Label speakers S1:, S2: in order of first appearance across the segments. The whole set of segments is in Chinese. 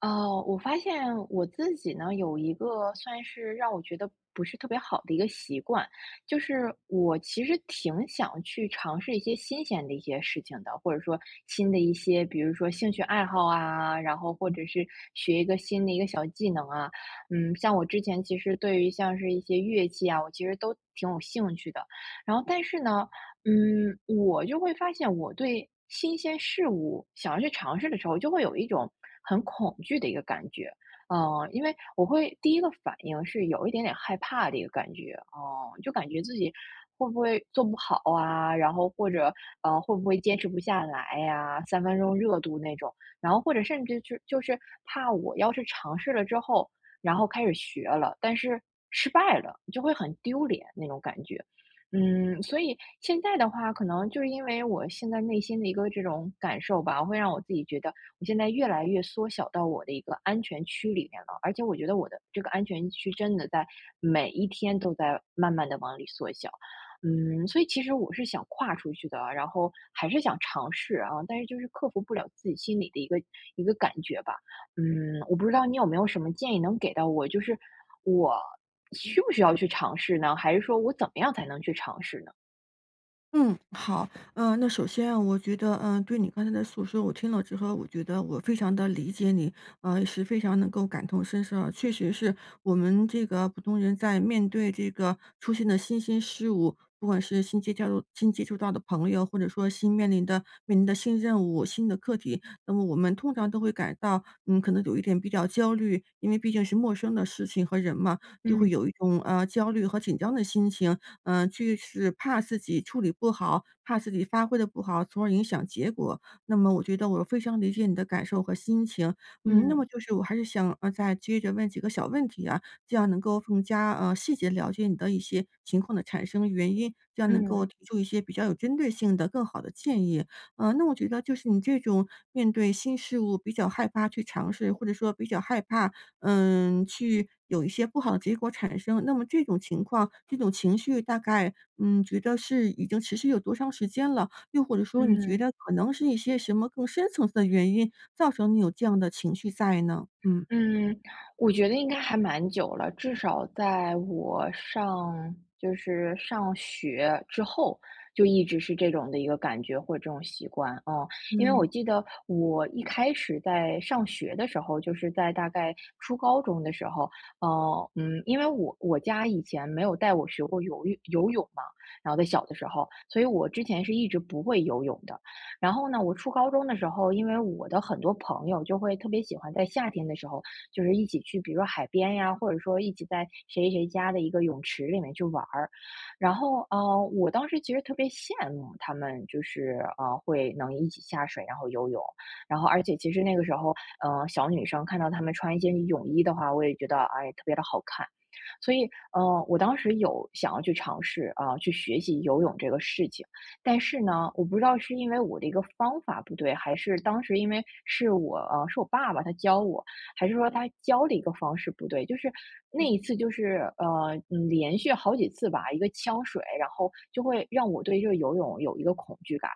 S1: 哦，我发现我自己呢，有一个算是让我觉得不是特别好的一个习惯，就是我其实挺想去尝试一些新鲜的一些事情的，或者说新的一些，比如说兴趣爱好啊，然后或者是学一个新的一个小技能啊。嗯，像我之前其实对于像是一些乐器啊，我其实都挺有兴趣的。然后但是呢，我就会发现我对新鲜事物想要去尝试的时候，就会有一种很恐惧的一个感觉。嗯，因为我会第一个反应是有一点点害怕的一个感觉，就感觉自己会不会做不好啊，然后或者会不会坚持不下来呀、三分钟热度那种，然后或者甚至就是怕我要是尝试了之后，然后开始学了，但是失败了，就会很丢脸那种感觉。嗯，所以现在的话，可能就是因为我现在内心的一个这种感受吧，会让我自己觉得我现在越来越缩小到我的一个安全区里面了，而且我觉得我的这个安全区真的在每一天都在慢慢的往里缩小。嗯，所以其实我是想跨出去的，然后还是想尝试啊，但是就是克服不了自己心里的一个感觉吧。嗯，我不知道你有没有什么建议能给到我，就是我需不需要去尝试呢？还是说我怎么样才能去尝试呢？
S2: 嗯，好，那首先啊，我觉得，对你刚才的诉说，我听了之后，我觉得我非常的理解你，也是非常能够感同身受啊，确实是我们这个普通人在面对这个出现的新鲜事物，不管是新接触到的朋友，或者说新面临的面临的新任务、新的课题，那么我们通常都会感到，嗯，可能有一点比较焦虑，因为毕竟是陌生的事情和人嘛，就会
S1: 嗯
S2: 有一种焦虑和紧张的心情。嗯，就是怕自己处理不好，怕自己发挥的不好，从而影响结果。那么我觉得我非常理解你的感受和心情，嗯，那
S1: 嗯
S2: 么就是我还是想，再接着问几个小问题啊，这样能够更加，细节了解你的一些情况的产生原因，这样能够
S1: 嗯
S2: 提出一些比较有针对性的更好的建议。那我觉得就是你这种面对新事物比较害怕去尝试，或者说比较害怕嗯，去有一些不好的结果产生。那么这种情况，这种情绪大概，嗯，觉得是已经持续有多长时间了？又或者说你觉
S1: 嗯。
S2: 得可能是一些什么更深层次的原因，造成你有这样的情绪在呢？嗯。
S1: 嗯，我觉得应该还蛮久了，至少在我上学之后，就一直是这种的一个感觉或者这种习惯，嗯。因为
S2: 嗯。
S1: 我记得我一开始在上学的时候，就是在大概初高中的时候，因为我家以前没有带我学过游泳游泳嘛，然后在小的时候，所以我之前是一直不会游泳的。然后呢，我初高中的时候，因为我的很多朋友就会特别喜欢在夏天的时候就是一起去，比如说海边呀，或者说一起在谁谁家的一个泳池里面去玩儿。然后，我当时其实特别羡慕他们，就是会能一起下水，然后游泳。然后，而且其实那个时候，小女生看到她们穿一些泳衣的话，我也觉得哎，特别的好看。所以，我当时有想要去尝试啊、去学习游泳这个事情，但是呢，我不知道是因为我的一个方法不对，还是当时因为是是我爸爸他教我，还是说他教的一个方式不对？就是那一次，就是连续好几次吧，一个呛水，然后就会让我对这个游泳有一个恐惧感，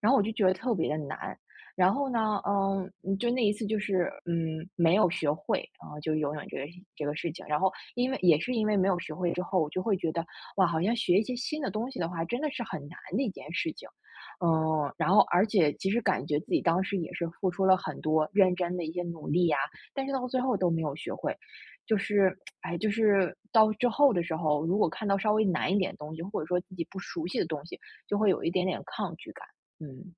S1: 然后我就觉得特别的难。然后呢，就那一次就是没有学会啊、就游泳这个事情。然后因为也是因为没有学会之后，我就会觉得哇，好像学一些新的东西的话，真的是很难的一件事情。嗯，然后而且其实感觉自己当时也是付出了很多认真的一些努力呀、但是到最后都没有学会。就是，哎，就是到之后的时候，如果看到稍微难一点的东西，或者说自己不熟悉的东西，就会有一点点抗拒感。嗯。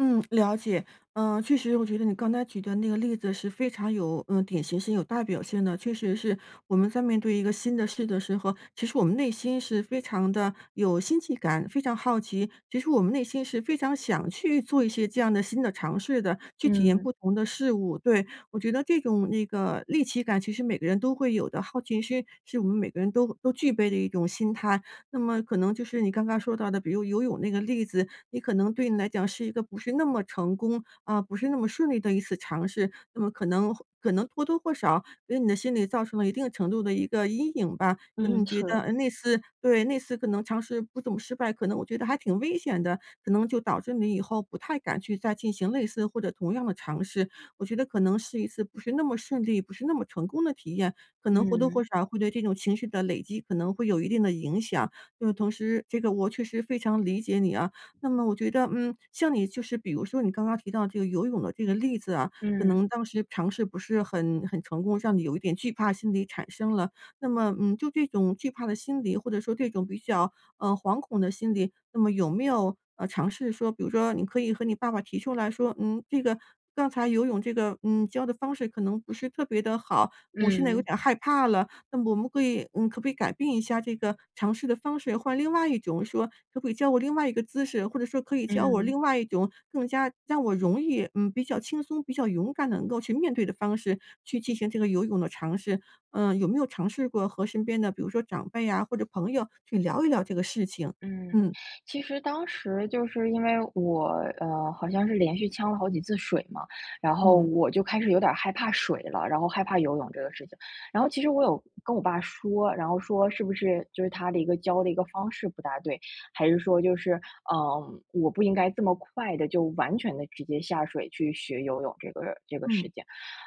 S2: 嗯，了解。嗯，确实，我觉得你刚才举的那个例子是非常有，嗯，典型性、有代表性的。确实是我们在面对一个新的事的时候，其实我们内心是非常的有新奇感，非常好奇。其实我们内心是非常想去做一些这样的新的尝试的，去体验
S1: 嗯，
S2: 不同的事物。对，我觉得这种那个猎奇感，其实每个人都会有的，好奇心是我们每个人都具备的一种心态。那么可能就是你刚刚说到的，比如游泳那个例子，你可能对你来讲是一个不是那么成功，啊，不是那么顺利的一次尝试，那么可能或多或少给你的心理造成了一定程度的一个阴影吧。可能你
S1: 嗯，
S2: 觉得，
S1: 是。
S2: 那次对，那次可能尝试不怎么失败，可能我觉得还挺危险的，可能就导致你以后不太敢去再进行类似或者同样的尝试。我觉得可能是一次不是那么顺利、不是那么成功的体验，可能或多或
S1: 嗯，
S2: 少会对这种情绪的累积可能会有一定的影响。同时这个我确实非常理解你啊。那么我觉得，嗯，像你就是比如说你刚刚提到这个游泳的这个例子啊，可
S1: 嗯，
S2: 能当时尝试不是很成功，让你有一点惧怕心理产生了。那么，嗯，就这种惧怕的心理，或者说这种比较惶恐的心理，那么有没有尝试说，比如说你可以和你爸爸提出来说，嗯，这个刚才游泳这个教的方式可能不是特别的好，我现在有
S1: 嗯，
S2: 点害怕了。那么我们可以嗯，可不可以改变一下这个尝试的方式，换另外一种说，可不可以教我另外一个姿势，或者说可以教我
S1: 嗯。
S2: 另外一种更加让我容易，嗯，比较轻松、比较勇敢地能够去面对的方式，去进行这个游泳的尝试。嗯，有没有尝试过和身边的比如说长辈啊，或者朋友去聊一聊这个事情？
S1: 嗯，
S2: 嗯，
S1: 其实当时就是因为我，好像是连续呛了好几次水嘛，然后
S2: 嗯，
S1: 我就开始有点儿害怕水了，然后害怕游泳这个事情。然后其实我有跟我爸说，然后说是不是就是他的一个教的一个方式不大对，还是说就是，我不应该这么快的就完全的直接下水去学游泳这个
S2: 嗯，
S1: 事情。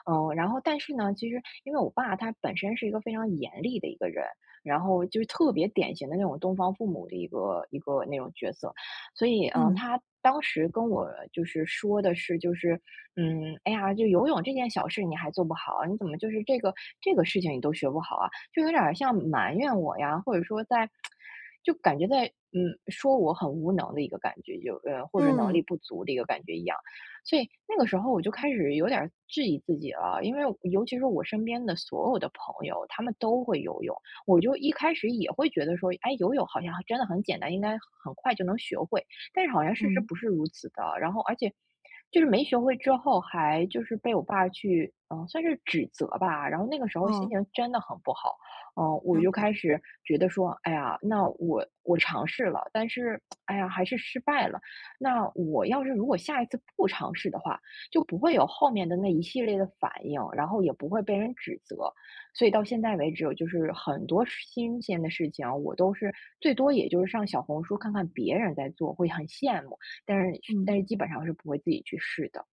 S1: 嗯，然后但是呢，其实因为我爸他本身是一个非常严厉的一个人，然后就是特别典型的那种东方父母的一个那种角色。所以，
S2: 嗯，
S1: 他当时跟我就是说的是，就是，哎呀，就游泳这件小事你还做不好啊，你怎么就是这个事情你都学不好啊？就有点儿像埋怨我呀，或者说在，就感觉在，嗯，说我很无能的一个感觉，或者能
S2: 嗯，
S1: 力不足的一个感觉一样。所以那个时候我就开始有点儿质疑自己了，因为尤其是我身边的所有的朋友，他们都会游泳，我就一开始也会觉得说，哎，游泳好像真的很简单，应该很快就能学会，但是好像事实
S2: 嗯，
S1: 不是如此的。然后而且就是没学会之后，还就是被我爸去，嗯、算是指责吧。然后那个时候心
S2: 哦，
S1: 情真的很不好，嗯、我
S2: 了
S1: 就
S2: 解，
S1: 开始觉得说，哎呀，那我尝试了，但是哎呀还是失败了。那我要是如果下一次不尝试的话，就不会有后面的那一系列的反应，然后也不会被人指责。所以到现在为止，就是很多事新鲜的事情啊我都是最多也就是上小红书看看别人在做，会很羡慕，但是
S2: 嗯。
S1: 基本上是不会自己去试的。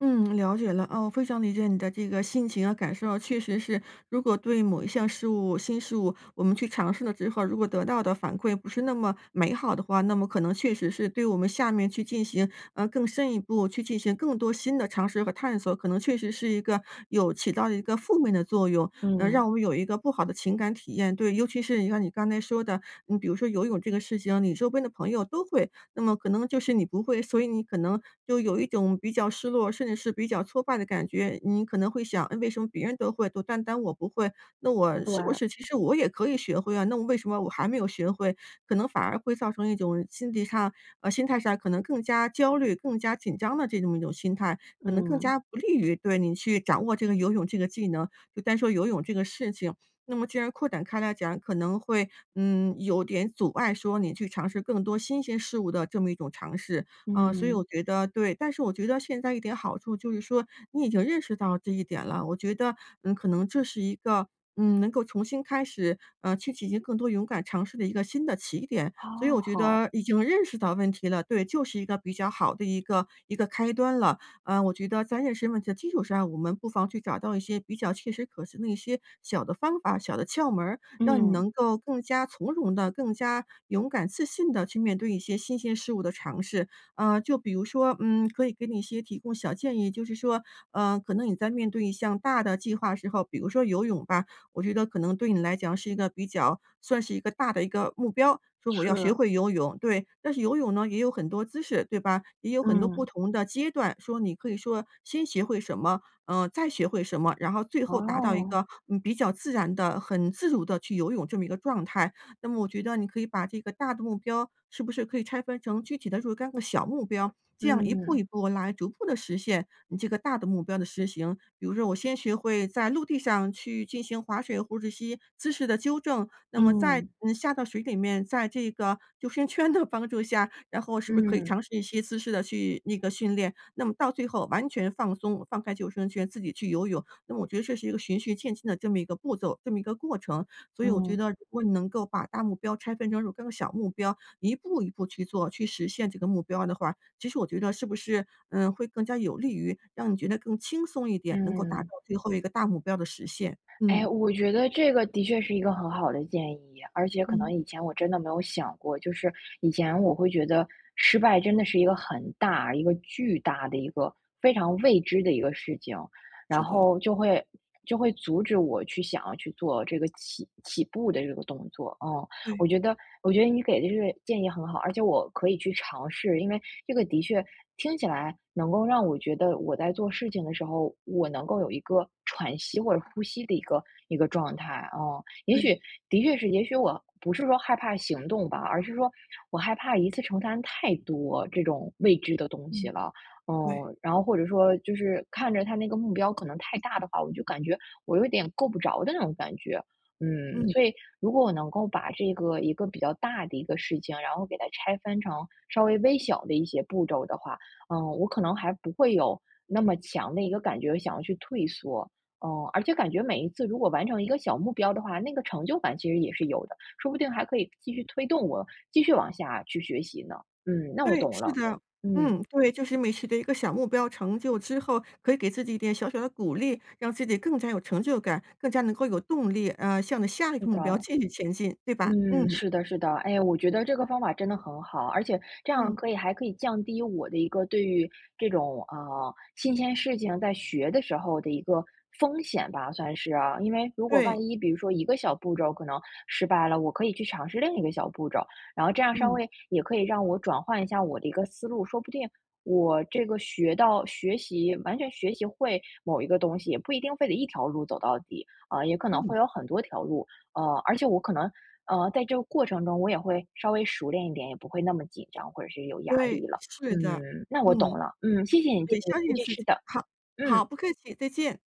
S2: 嗯，了解了。哦，非常理解你的这个心情啊、感受啊，确实是，如果对某一项事物、新事物，我们去尝试了之后，如果得到的反馈不是那么美好的话，那么可能确实是对我们下面去进行更深一步、去进行更多新的尝试和探索，可能确实是一个有起到一个负面的作用，让
S1: 嗯，
S2: 我们有一个不好的情感体验。对，尤其是你看你刚才说的，你比如说游泳这个事情，你周边的朋友都会，那么可能就是你不会，所以你可能就有一种比较失落，甚至是比较挫败的感觉。你可能会想，哎，为什么别人都会，都单单我不会？那我
S1: 对，
S2: 是不是其实我也可以学会啊？那我为什么我还没有学会？可能反而会造成一种心理上，心态上可能更加焦虑、更加紧张的这种一种心态，可能更
S1: 嗯，
S2: 加不利于对你去掌握这个游泳这个技能，就单说游泳这个事情。那么既然扩展开来讲，可能会，嗯，有点阻碍说你去尝试更多新鲜事物的这么一种尝试。嗯，所以我
S1: 嗯，
S2: 觉得对，但是我觉得现在一点好处就是说你已经认识到这一点了，我觉得，嗯，可能这是一个，嗯，能够重新开始，去进行更多勇敢尝试的一个新的起点。所以
S1: 哦，
S2: 我觉
S1: 好，
S2: 得已经认识到问题了，对，就是一个比较好的一个开端了。啊，我觉得在认识问题的基础上，我们不妨去找到一些比较切实可行的一些小的方法、小的窍门儿，让你
S1: 嗯，
S2: 能够更加从容的、更加勇敢自信的去面对一些新鲜事物的尝试。就比如说，嗯，可以给你一些提供小建议，就是说，可能你在面对一项大的计划的时候，比如说游泳吧，我觉得可能对你来讲是一个比较算是一个大的一个目标，说我
S1: 是，
S2: 要学会游泳，对。但是游泳呢，也有很多姿势，对吧？也有很多不
S1: 嗯，
S2: 同的阶段，说你可以说先学会什么，再学会什么，然后最后达到一
S1: 哦，
S2: 个，嗯，比较自然的、很自如的去游泳这么一个状态。那么我觉得你可以把这个大的目标是不是可以拆分成具体的若干个小目标？这样一步
S1: 嗯，
S2: 一步来逐步的实现你这个大的目标的实行。比如说我先学会在陆地上去进行划水、或者吸姿势的纠正，那么在
S1: 嗯，
S2: 嗯，下到水里面，在这个救生圈的帮助下，然后是不是可以
S1: 嗯，
S2: 尝试一些姿势的去那个训练，那么到最后完全放松，放开救生圈自己去游泳。那么我觉得这是一个循序渐进的这么一个步骤，这么一个过程。所以我觉
S1: 嗯，
S2: 得如果你能够把大目标拆分成若干个小目标，一步一步去做，去实现这个目标的话，其实我觉得是不是，嗯，会更加有利于让你觉得更轻松一点，
S1: 嗯
S2: 能够达到
S1: 嗯。
S2: 最后一个大目标的实现。
S1: 哎，
S2: 嗯。
S1: 我觉得这个的确是一个很好的建议，而且可能
S2: 嗯，
S1: 以前我真的没有想过，就是以前我会觉得失败真的是一个很大、一个巨大的一个非常未知的一个事情，然
S2: 是的，
S1: 后就会阻止我去想要去做这个起起步的这个动作，嗯，
S2: 对
S1: 我觉得我觉得你给的这个建议很好，而且我可以去尝试，因为这个的确听起来能够让我觉得我在做事情的时候，我能够有一个喘息或者呼吸的一个状态。嗯，也
S2: 对，
S1: 许的确是，也许我不是说害怕行动吧，而是说我害怕一次承担太多这种未知的东西
S2: 嗯，
S1: 了。嗯，
S2: 对。
S1: 然后或者说就是看着他那个目标可能太大的话，我就感觉我有点够不着的那种感觉。嗯，
S2: 嗯，
S1: 所以如果我能够把这个一个比较大的一个事情，然后给它拆分成稍微微小的一些步骤的话，嗯，我可能还不会有那么强的一个感觉想要去退缩，嗯，而且感觉每一次如果完成一个小目标的话，那个成就感其实也是有的，说不定还可以继续推动我继续往下去学习呢。嗯，那我
S2: 对，
S1: 懂
S2: 是
S1: 了，
S2: 的。
S1: 嗯，
S2: 嗯，对，就是每取得一个小目标成就之后，可以给自己一点小小的鼓励，让自己更加有成就感，更加能够有动力，向着下一
S1: 是
S2: 个目标
S1: 的。
S2: 继续前进，对吧？嗯，
S1: 嗯，是的，是的，哎，我觉得这个方法真的很好，而且这样
S2: 嗯，
S1: 可以还可以降低我的一个对于这种新鲜事情在学的时候的一个风险吧，算是啊，因为如果
S2: 对，
S1: 万一比如说一个小步骤可能失败了，我可以去尝试另一个小步骤，然后这样稍
S2: 嗯，
S1: 微也可以让我转换一下我的一个思路，说不定我这个学到学习完全学习会某一个东西，也不一定非得一条路走到底啊，也可能
S2: 嗯，
S1: 会有很多条路。而且我可能在这个过程中我也会稍微熟练一点，也不会那么紧张或者是有压
S2: 对，
S1: 力了。
S2: 是的，
S1: 嗯，那我懂
S2: 嗯，
S1: 了，嗯，谢谢你建
S2: 对，
S1: 议，
S2: 相
S1: 我
S2: 信自
S1: 是
S2: 己。
S1: 的，
S2: 好，
S1: 嗯。
S2: 好，不客气，再见。